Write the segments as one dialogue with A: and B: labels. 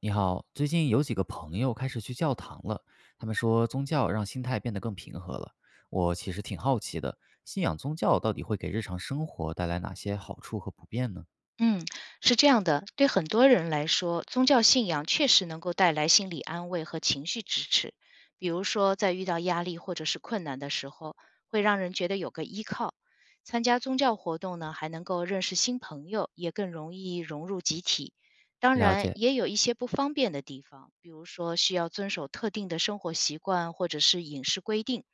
A: 你好，最近有几个朋友开始去教堂了，他们说宗教让心态变得更平和了。我其实挺好奇的，信仰宗教到底会给日常生活带来哪些好处和不便呢？
B: 嗯，是这样的，对很多人来说，宗教信仰确实能够带来心理安慰和情绪支持。比如说，在遇到压力或者是困难的时候，会让人觉得有个依靠。参加宗教活动呢，还能够认识新朋友，也更容易融入集体。当
A: 了
B: 然，
A: 解，
B: 也有一些不方便的地方，比如说需要遵守特定的生活习惯或者是饮食规定，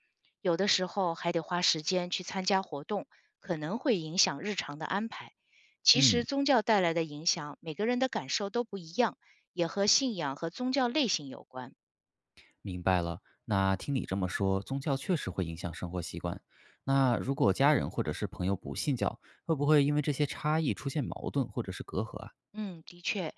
B: 有的时候还得花时间去参加活动，可能会影响日常的安排。其实
A: 嗯，
B: 宗教带来的影响，每个人的感受都不一样，也和信仰和宗教类型有关。
A: 明白了。那听你这么说，宗教确实会影响生活习惯。那如果家人或者是朋友不信教，会不会因为这些差异出现矛盾或者是隔阂啊？
B: 嗯，的确，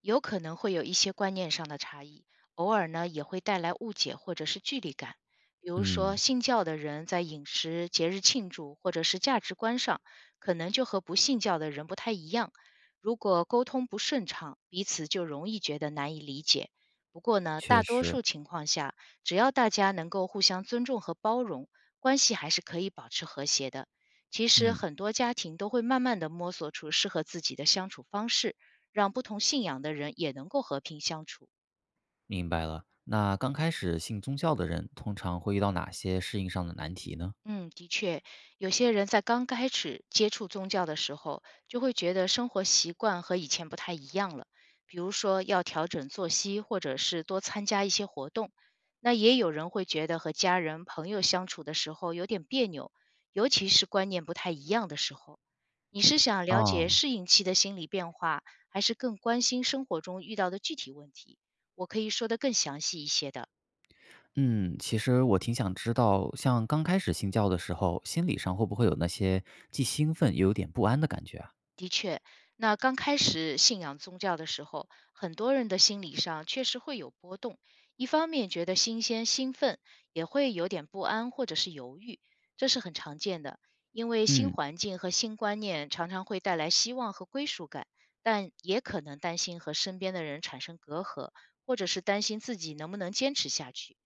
B: 有可能会有一些观念上的差异，偶尔呢也会带来误解或者是距离感。比如说，
A: 嗯，
B: 信教的人在饮食、节日庆祝或者是价值观上，可能就和不信教的人不太一样。如果沟通不顺畅，彼此就容易觉得难以理解。不过呢，
A: 确
B: 大多
A: 实，
B: 数情况下，只要大家能够互相尊重和包容，关系还是可以保持和谐的。其实
A: 嗯。
B: 很多家庭都会慢慢的摸索出适合自己的相处方式，让不同信仰的人也能够和平相处。
A: 明白了。那刚开始信宗教的人，通常会遇到哪些适应上的难题呢？
B: 嗯，的确，有些人在刚开始接触宗教的时候，就会觉得生活习惯和以前不太一样了，比如说要调整作息，或者是多参加一些活动。那也有人会觉得和家人、朋友相处的时候有点别扭，尤其是观念不太一样的时候。你是想了解
A: 哦，
B: 适应期的心理变化，还是更关心生活中遇到的具体问题？我可以说得更详细一些的。
A: 嗯，其实我挺想知道，像刚开始信教的时候，心理上会不会有那些既兴奋又有点不安的感觉啊？
B: 那刚开始信仰宗教的时候，很多人的心理上确实会有波动，一方面觉得新鲜兴奋，也会有点不安或者是犹豫，这是很常见的。因为新
A: 嗯，
B: 环境和新观念常常会带来希望和归属感，但也可能担心和身边的人产生隔阂，或者是担心自己能不能坚持下去。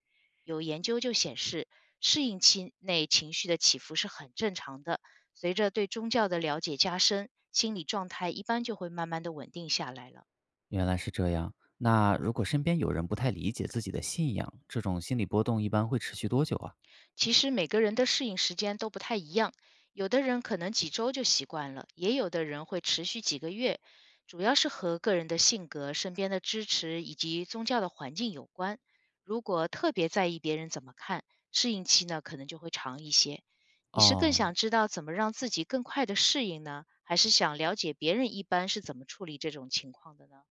B: 有研究就显示，适应期内情绪的起伏是很正常的，随着对宗教的了解加深，心理状态一般就会慢慢的稳定下来了。
A: 原来是这样。那如果身边有人不太理解自己的信仰，这种心理波动一般会持续多久啊？
B: 其实每个人的适应时间都不太一样，有的人可能几周就习惯了，也有的人会持续几个月，主要是和个人的性格、身边的支持以及宗教的环境有关。如果特别在意别人怎么看，适应期呢可能就会长一些。你是更想
A: 哦，
B: 知道怎么让自己更快的适应呢，还是想了解别人一般是怎么处理这种情况的呢？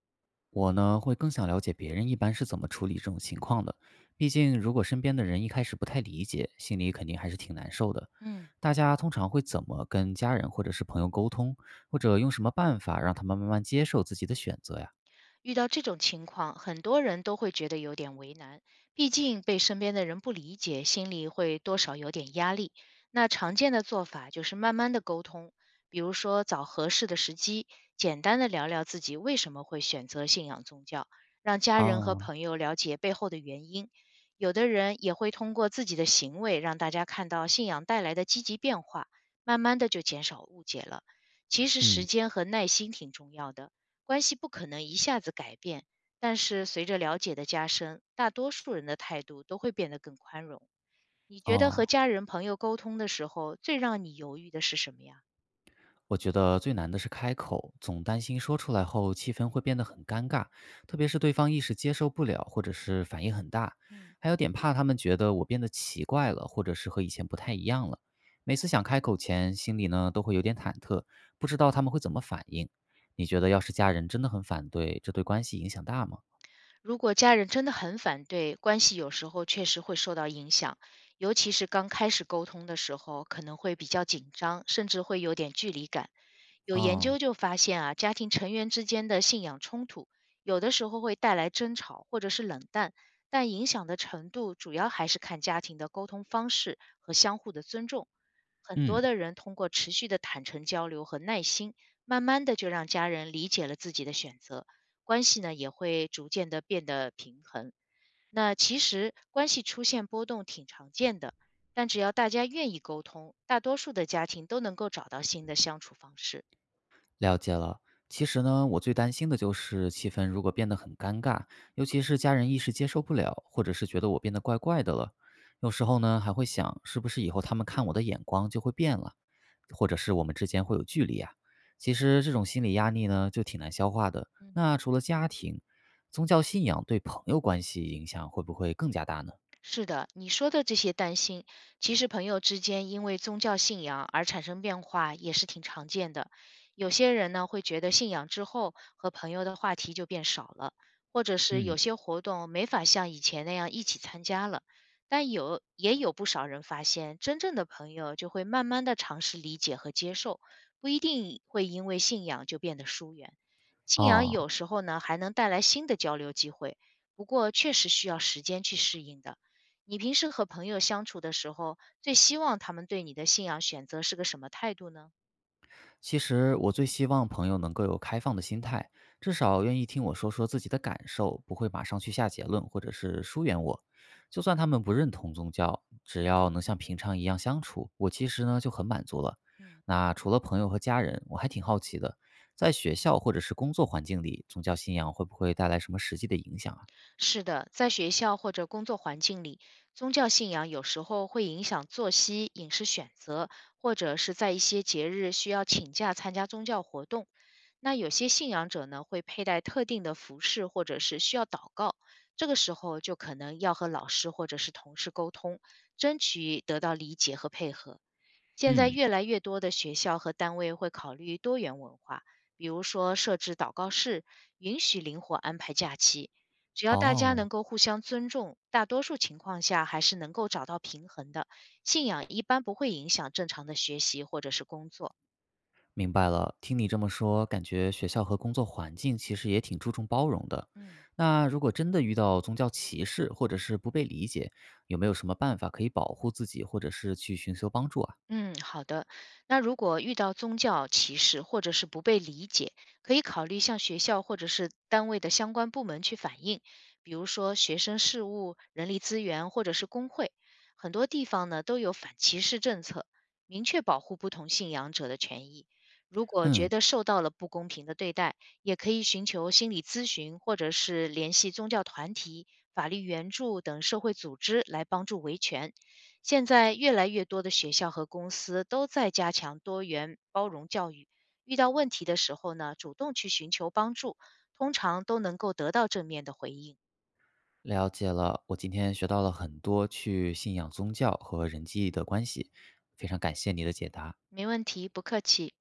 A: 我呢，会更想了解别人一般是怎么处理这种情况的。毕竟，如果身边的人一开始不太理解，心里肯定还是挺难受的。
B: 嗯。
A: 大家通常会怎么跟家人或者是朋友沟通，或者用什么办法让他们慢慢接受自己的选择呀？
B: 遇到这种情况，很多人都会觉得有点为难，毕竟被身边的人不理解，心里会多少有点压力。那常见的做法就是慢慢的沟通，比如说找合适的时机，简单的聊聊自己为什么会选择信仰宗教，让家人和
A: 哦，
B: 朋友了解背后的原因。有的人也会通过自己的行为让大家看到信仰带来的积极变化，慢慢的就减少误解了。其实时
A: 嗯，
B: 间和耐心挺重要的，关系不可能一下子改变，但是随着了解的加深，大多数人的态度都会变得更宽容。你觉得和
A: 哦。
B: 家人朋友沟通的时候，最让你犹豫的是什么呀？
A: 我觉得最难的是开口，总担心说出来后气氛会变得很尴尬，特别是对方一时接受不了，或者是反应很大，
B: 嗯，
A: 还有点怕他们觉得我变得奇怪了，或者是和以前不太一样了。每次想开口前，心里呢都会有点忐忑，不知道他们会怎么反应。你觉得要是家人真的很反对，这对关系影响大吗？
B: 如果家人真的很反对，关系有时候确实会受到影响，尤其是刚开始沟通的时候，可能会比较紧张，甚至会有点距离感。有研
A: 哦，
B: 究就发现啊，家庭成员之间的信仰冲突，有的时候会带来争吵或者是冷淡，但影响的程度主要还是看家庭的沟通方式和相互的尊重。很多
A: 嗯。
B: 的人通过持续的坦诚交流和耐心，慢慢的就让家人理解了自己的选择，关系呢也会逐渐的变得平衡。那其实关系出现波动挺常见的，但只要大家愿意沟通，大多数的家庭都能够找到新的相处方式。
A: 了解了。其实呢，我最担心的就是气氛如果变得很尴尬，尤其是家人一时接受不了，或者是觉得我变得怪怪的了。有时候呢，还会想，是不是以后他们看我的眼光就会变了，或者是我们之间会有距离啊？其实这种心理压力呢，就挺难消化的。
B: 嗯，
A: 那除了家庭，宗教信仰对朋友关系影响会不会更加大呢？
B: 是的，你说的这些担心，其实朋友之间因为宗教信仰而产生变化也是挺常见的。有些人呢会觉得信仰之后和朋友的话题就变少了，或者是有
A: 嗯，
B: 些活动没法像以前那样一起参加了。但有也有不少人发现，真正的朋友就会慢慢的尝试理解和接受，不一定会因为信仰就变得疏远。信仰
A: 哦，
B: 有时候呢还能带来新的交流机会，不过确实需要时间去适应的。你平时和朋友相处的时候，最希望他们对你的信仰选择是个什么态度呢？
A: 其实我最希望朋友能够有开放的心态，至少愿意听我说说自己的感受，不会马上去下结论或者是疏远我。就算他们不认同宗教，只要能像平常一样相处，我其实呢就很满足了。
B: 嗯，
A: 那除了朋友和家人，我还挺好奇的，在学校或者是工作环境里，宗教信仰会不会带来什么实际的影响啊？
B: 是的，在学校或者工作环境里，宗教信仰有时候会影响作息、饮食选择，或者是在一些节日需要请假参加宗教活动。那有些信仰者呢，会佩戴特定的服饰，或者是需要祷告。这个时候就可能要和老师或者是同事沟通，争取得到理解和配合。现在
A: 嗯，
B: 越来越多的学校和单位会考虑多元文化，比如说设置祷告室，允许灵活安排假期。只要大家能
A: 哦，
B: 够互相尊重，大多数情况下还是能够找到平衡的。信仰一般不会影响正常的学习或者是工作。
A: 明白了，听你这么说，感觉学校和工作环境其实也挺注重包容的。
B: 嗯。
A: 那如果真的遇到宗教歧视或者是不被理解，有没有什么办法可以保护自己，或者是去寻求帮助啊？
B: 嗯，好的。那如果遇到宗教歧视或者是不被理解，可以考虑向学校或者是单位的相关部门去反映，比如说学生事务、人力资源或者是工会。很多地方呢都有反歧视政策，明确保护不同信仰者的权益。如果觉
A: 嗯，
B: 得受到了不公平的对待，也可以寻求心理咨询，或者是联系宗教团体、法律援助等社会组织来帮助维权。现在越来越多的学校和公司都在加强多元包容教育，遇到问题的时候呢，主动去寻求帮助，通常都能够得到正面的回应。
A: 了解了，我今天学到了很多去信仰宗教和人际的关系，非常感谢你的解答。
B: 没问题，不客气。